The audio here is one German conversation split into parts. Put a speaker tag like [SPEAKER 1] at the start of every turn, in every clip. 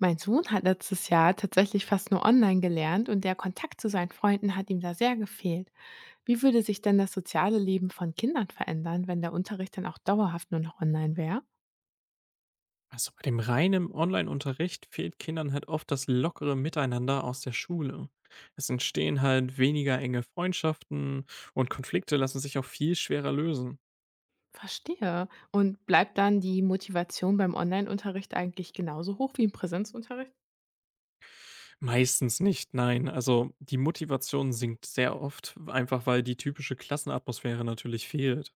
[SPEAKER 1] Mein Sohn hat letztes Jahr tatsächlich fast nur online gelernt und der Kontakt zu seinen Freunden hat ihm da sehr gefehlt. Wie würde sich denn das soziale Leben von Kindern verändern, wenn der Unterricht dann auch dauerhaft nur noch online wäre?
[SPEAKER 2] Also bei dem reinen Online-Unterricht fehlt Kindern halt oft das lockere Miteinander aus der Schule. Es entstehen halt weniger enge Freundschaften und Konflikte lassen sich auch viel schwerer lösen.
[SPEAKER 1] Verstehe. Und bleibt dann die Motivation beim Online-Unterricht eigentlich genauso hoch wie im Präsenzunterricht?
[SPEAKER 2] Meistens nicht, nein. Also die Motivation sinkt sehr oft, einfach weil die typische Klassenatmosphäre natürlich fehlt.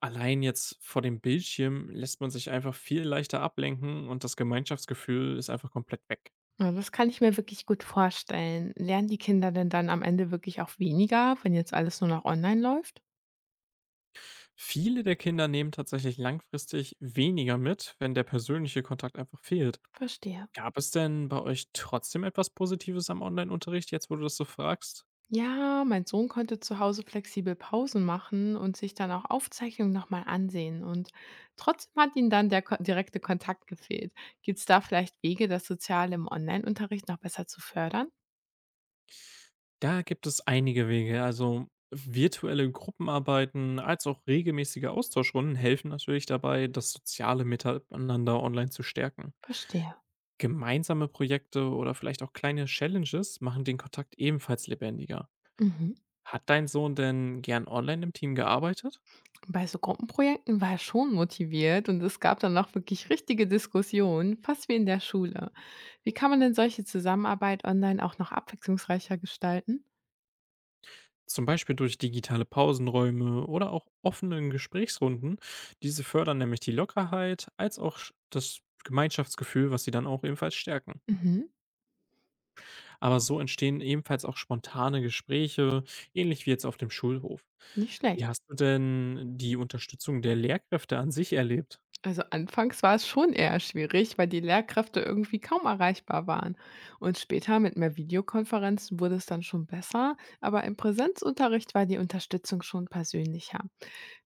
[SPEAKER 2] Allein jetzt vor dem Bildschirm lässt man sich einfach viel leichter ablenken und das Gemeinschaftsgefühl ist einfach komplett weg.
[SPEAKER 1] Ja, das kann ich mir wirklich gut vorstellen. Lernen die Kinder denn dann am Ende wirklich auch weniger, wenn jetzt alles nur noch online läuft?
[SPEAKER 2] Viele der Kinder nehmen tatsächlich langfristig weniger mit, wenn der persönliche Kontakt einfach fehlt.
[SPEAKER 1] Verstehe.
[SPEAKER 2] Gab es denn bei euch trotzdem etwas Positives am Online-Unterricht, jetzt wo du das so fragst?
[SPEAKER 1] Ja, mein Sohn konnte zu Hause flexibel Pausen machen und sich dann auch Aufzeichnungen nochmal ansehen. Und trotzdem hat ihm dann der ko direkte Kontakt gefehlt. Gibt es da vielleicht Wege, das Soziale im Online-Unterricht noch besser zu fördern?
[SPEAKER 2] Da gibt es einige Wege. Also virtuelle Gruppenarbeiten als auch regelmäßige Austauschrunden helfen natürlich dabei, das soziale Miteinander online zu stärken.
[SPEAKER 1] Verstehe.
[SPEAKER 2] Gemeinsame Projekte oder vielleicht auch kleine Challenges machen den Kontakt ebenfalls lebendiger.
[SPEAKER 1] Mhm.
[SPEAKER 2] Hat dein Sohn denn gern online im Team gearbeitet?
[SPEAKER 1] Bei so Gruppenprojekten war er schon motiviert und es gab dann auch wirklich richtige Diskussionen, fast wie in der Schule. Wie kann man denn solche Zusammenarbeit online auch noch abwechslungsreicher gestalten?
[SPEAKER 2] Zum Beispiel durch digitale Pausenräume oder auch offenen Gesprächsrunden. Diese fördern nämlich die Lockerheit als auch das Gemeinschaftsgefühl, was sie dann auch ebenfalls stärken.
[SPEAKER 1] Mhm.
[SPEAKER 2] Aber so entstehen ebenfalls auch spontane Gespräche, ähnlich wie jetzt auf dem Schulhof.
[SPEAKER 1] Nicht
[SPEAKER 2] Wie
[SPEAKER 1] schlecht.
[SPEAKER 2] hast du denn die Unterstützung der Lehrkräfte an sich erlebt?
[SPEAKER 1] Also anfangs war es schon eher schwierig, weil die Lehrkräfte irgendwie kaum erreichbar waren. Und später mit mehr Videokonferenzen wurde es dann schon besser, aber im Präsenzunterricht war die Unterstützung schon persönlicher.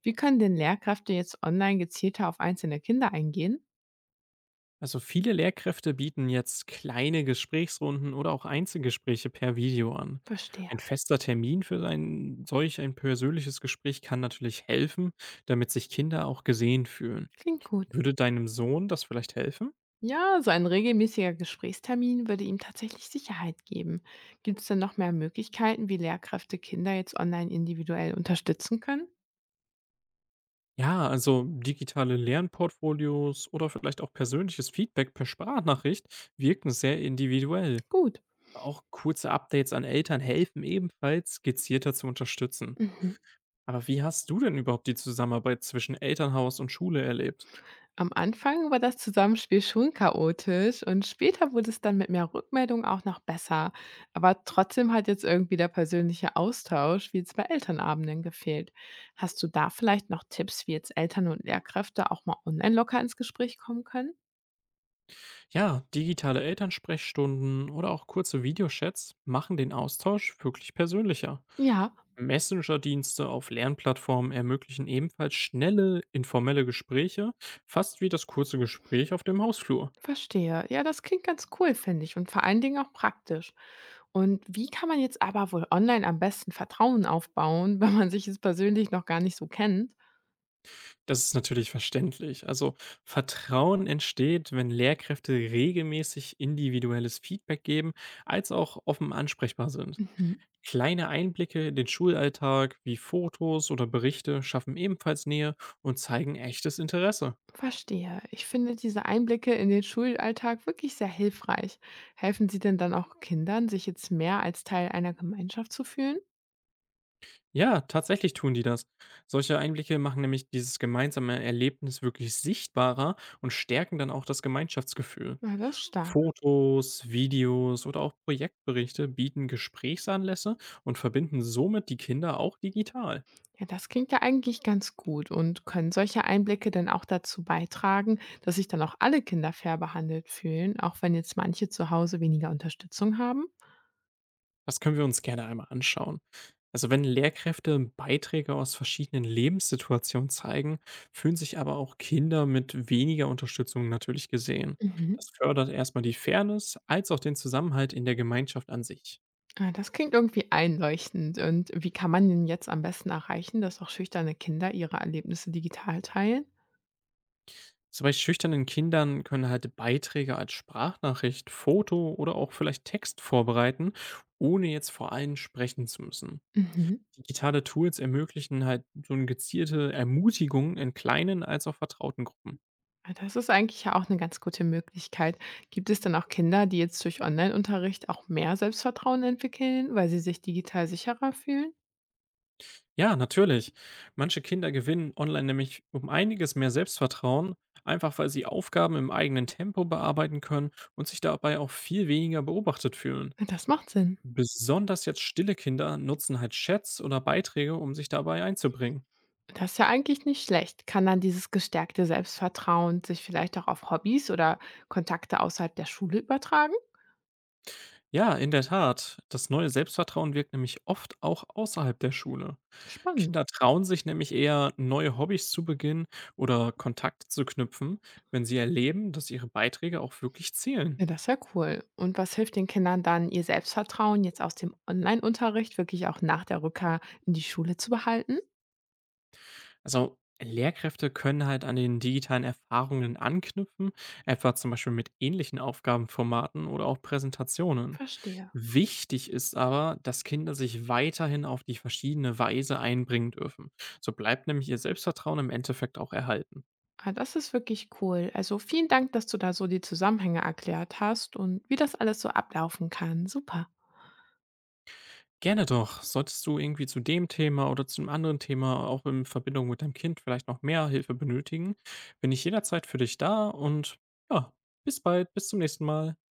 [SPEAKER 1] Wie können denn Lehrkräfte jetzt online gezielter auf einzelne Kinder eingehen?
[SPEAKER 2] Also viele Lehrkräfte bieten jetzt kleine Gesprächsrunden oder auch Einzelgespräche per Video an.
[SPEAKER 1] Verstehe.
[SPEAKER 2] Ein fester Termin für ein solch ein persönliches Gespräch kann natürlich helfen, damit sich Kinder auch gesehen fühlen.
[SPEAKER 1] Klingt gut.
[SPEAKER 2] Würde deinem Sohn das vielleicht helfen?
[SPEAKER 1] Ja, so ein regelmäßiger Gesprächstermin würde ihm tatsächlich Sicherheit geben. Gibt es denn noch mehr Möglichkeiten, wie Lehrkräfte Kinder jetzt online individuell unterstützen können?
[SPEAKER 2] Ja, also digitale Lernportfolios oder vielleicht auch persönliches Feedback per Sprachnachricht wirken sehr individuell.
[SPEAKER 1] Gut.
[SPEAKER 2] Auch kurze Updates an Eltern helfen ebenfalls, gezielter zu unterstützen.
[SPEAKER 1] Mhm.
[SPEAKER 2] Aber wie hast du denn überhaupt die Zusammenarbeit zwischen Elternhaus und Schule erlebt?
[SPEAKER 1] Am Anfang war das Zusammenspiel schon chaotisch und später wurde es dann mit mehr Rückmeldung auch noch besser. Aber trotzdem hat jetzt irgendwie der persönliche Austausch, wie jetzt bei Elternabenden, gefehlt. Hast du da vielleicht noch Tipps, wie jetzt Eltern und Lehrkräfte auch mal online locker ins Gespräch kommen können?
[SPEAKER 2] Ja, digitale Elternsprechstunden oder auch kurze Videochats machen den Austausch wirklich persönlicher.
[SPEAKER 1] Ja,
[SPEAKER 2] Messenger-Dienste auf Lernplattformen ermöglichen ebenfalls schnelle, informelle Gespräche, fast wie das kurze Gespräch auf dem Hausflur.
[SPEAKER 1] verstehe. Ja, das klingt ganz cool, finde ich, und vor allen Dingen auch praktisch. Und wie kann man jetzt aber wohl online am besten Vertrauen aufbauen, wenn man sich jetzt persönlich noch gar nicht so kennt?
[SPEAKER 2] Das ist natürlich verständlich. Also Vertrauen entsteht, wenn Lehrkräfte regelmäßig individuelles Feedback geben, als auch offen ansprechbar sind.
[SPEAKER 1] Mhm.
[SPEAKER 2] Kleine Einblicke in den Schulalltag wie Fotos oder Berichte schaffen ebenfalls Nähe und zeigen echtes Interesse.
[SPEAKER 1] Verstehe. Ich finde diese Einblicke in den Schulalltag wirklich sehr hilfreich. Helfen sie denn dann auch Kindern, sich jetzt mehr als Teil einer Gemeinschaft zu fühlen?
[SPEAKER 2] Ja, tatsächlich tun die das. Solche Einblicke machen nämlich dieses gemeinsame Erlebnis wirklich sichtbarer und stärken dann auch das Gemeinschaftsgefühl.
[SPEAKER 1] Na, das ist stark.
[SPEAKER 2] Fotos, Videos oder auch Projektberichte bieten Gesprächsanlässe und verbinden somit die Kinder auch digital.
[SPEAKER 1] Ja, das klingt ja eigentlich ganz gut. Und können solche Einblicke denn auch dazu beitragen, dass sich dann auch alle Kinder fair behandelt fühlen, auch wenn jetzt manche zu Hause weniger Unterstützung haben?
[SPEAKER 2] Das können wir uns gerne einmal anschauen. Also wenn Lehrkräfte Beiträge aus verschiedenen Lebenssituationen zeigen, fühlen sich aber auch Kinder mit weniger Unterstützung natürlich gesehen.
[SPEAKER 1] Mhm.
[SPEAKER 2] Das fördert erstmal die Fairness als auch den Zusammenhalt in der Gemeinschaft an sich.
[SPEAKER 1] Ah, das klingt irgendwie einleuchtend. Und wie kann man denn jetzt am besten erreichen, dass auch schüchterne Kinder ihre Erlebnisse digital teilen?
[SPEAKER 2] So bei schüchternen Kindern können halt Beiträge als Sprachnachricht, Foto oder auch vielleicht Text vorbereiten, ohne jetzt vor allen sprechen zu müssen.
[SPEAKER 1] Mhm.
[SPEAKER 2] Digitale Tools ermöglichen halt so eine gezielte Ermutigung in kleinen als auch vertrauten Gruppen.
[SPEAKER 1] Ah, das ist eigentlich ja auch eine ganz gute Möglichkeit. Gibt es denn auch Kinder, die jetzt durch Online-Unterricht auch mehr Selbstvertrauen entwickeln, weil sie sich digital sicherer fühlen?
[SPEAKER 2] Ja, natürlich. Manche Kinder gewinnen online nämlich um einiges mehr Selbstvertrauen, einfach weil sie Aufgaben im eigenen Tempo bearbeiten können und sich dabei auch viel weniger beobachtet fühlen.
[SPEAKER 1] Ja, das macht Sinn.
[SPEAKER 2] Besonders jetzt stille Kinder nutzen halt Chats oder Beiträge, um sich dabei einzubringen.
[SPEAKER 1] Das ist ja eigentlich nicht schlecht. Kann dann dieses gestärkte Selbstvertrauen sich vielleicht auch auf Hobbys oder Kontakte außerhalb der Schule übertragen?
[SPEAKER 2] Ja, in der Tat. Das neue Selbstvertrauen wirkt nämlich oft auch außerhalb der Schule.
[SPEAKER 1] Spannend.
[SPEAKER 2] Kinder trauen sich nämlich eher, neue Hobbys zu beginnen oder Kontakte zu knüpfen, wenn sie erleben, dass ihre Beiträge auch wirklich zählen.
[SPEAKER 1] Ja, das ist ja cool. Und was hilft den Kindern dann, ihr Selbstvertrauen jetzt aus dem Online-Unterricht wirklich auch nach der Rückkehr in die Schule zu behalten?
[SPEAKER 2] Also Lehrkräfte können halt an den digitalen Erfahrungen anknüpfen, etwa zum Beispiel mit ähnlichen Aufgabenformaten oder auch Präsentationen.
[SPEAKER 1] Verstehe.
[SPEAKER 2] Wichtig ist aber, dass Kinder sich weiterhin auf die verschiedene Weise einbringen dürfen. So bleibt nämlich ihr Selbstvertrauen im Endeffekt auch erhalten.
[SPEAKER 1] Ah, das ist wirklich cool. Also vielen Dank, dass du da so die Zusammenhänge erklärt hast und wie das alles so ablaufen kann. Super.
[SPEAKER 2] Gerne doch. Solltest du irgendwie zu dem Thema oder zu einem anderen Thema auch in Verbindung mit deinem Kind vielleicht noch mehr Hilfe benötigen, bin ich jederzeit für dich da und ja, bis bald, bis zum nächsten Mal.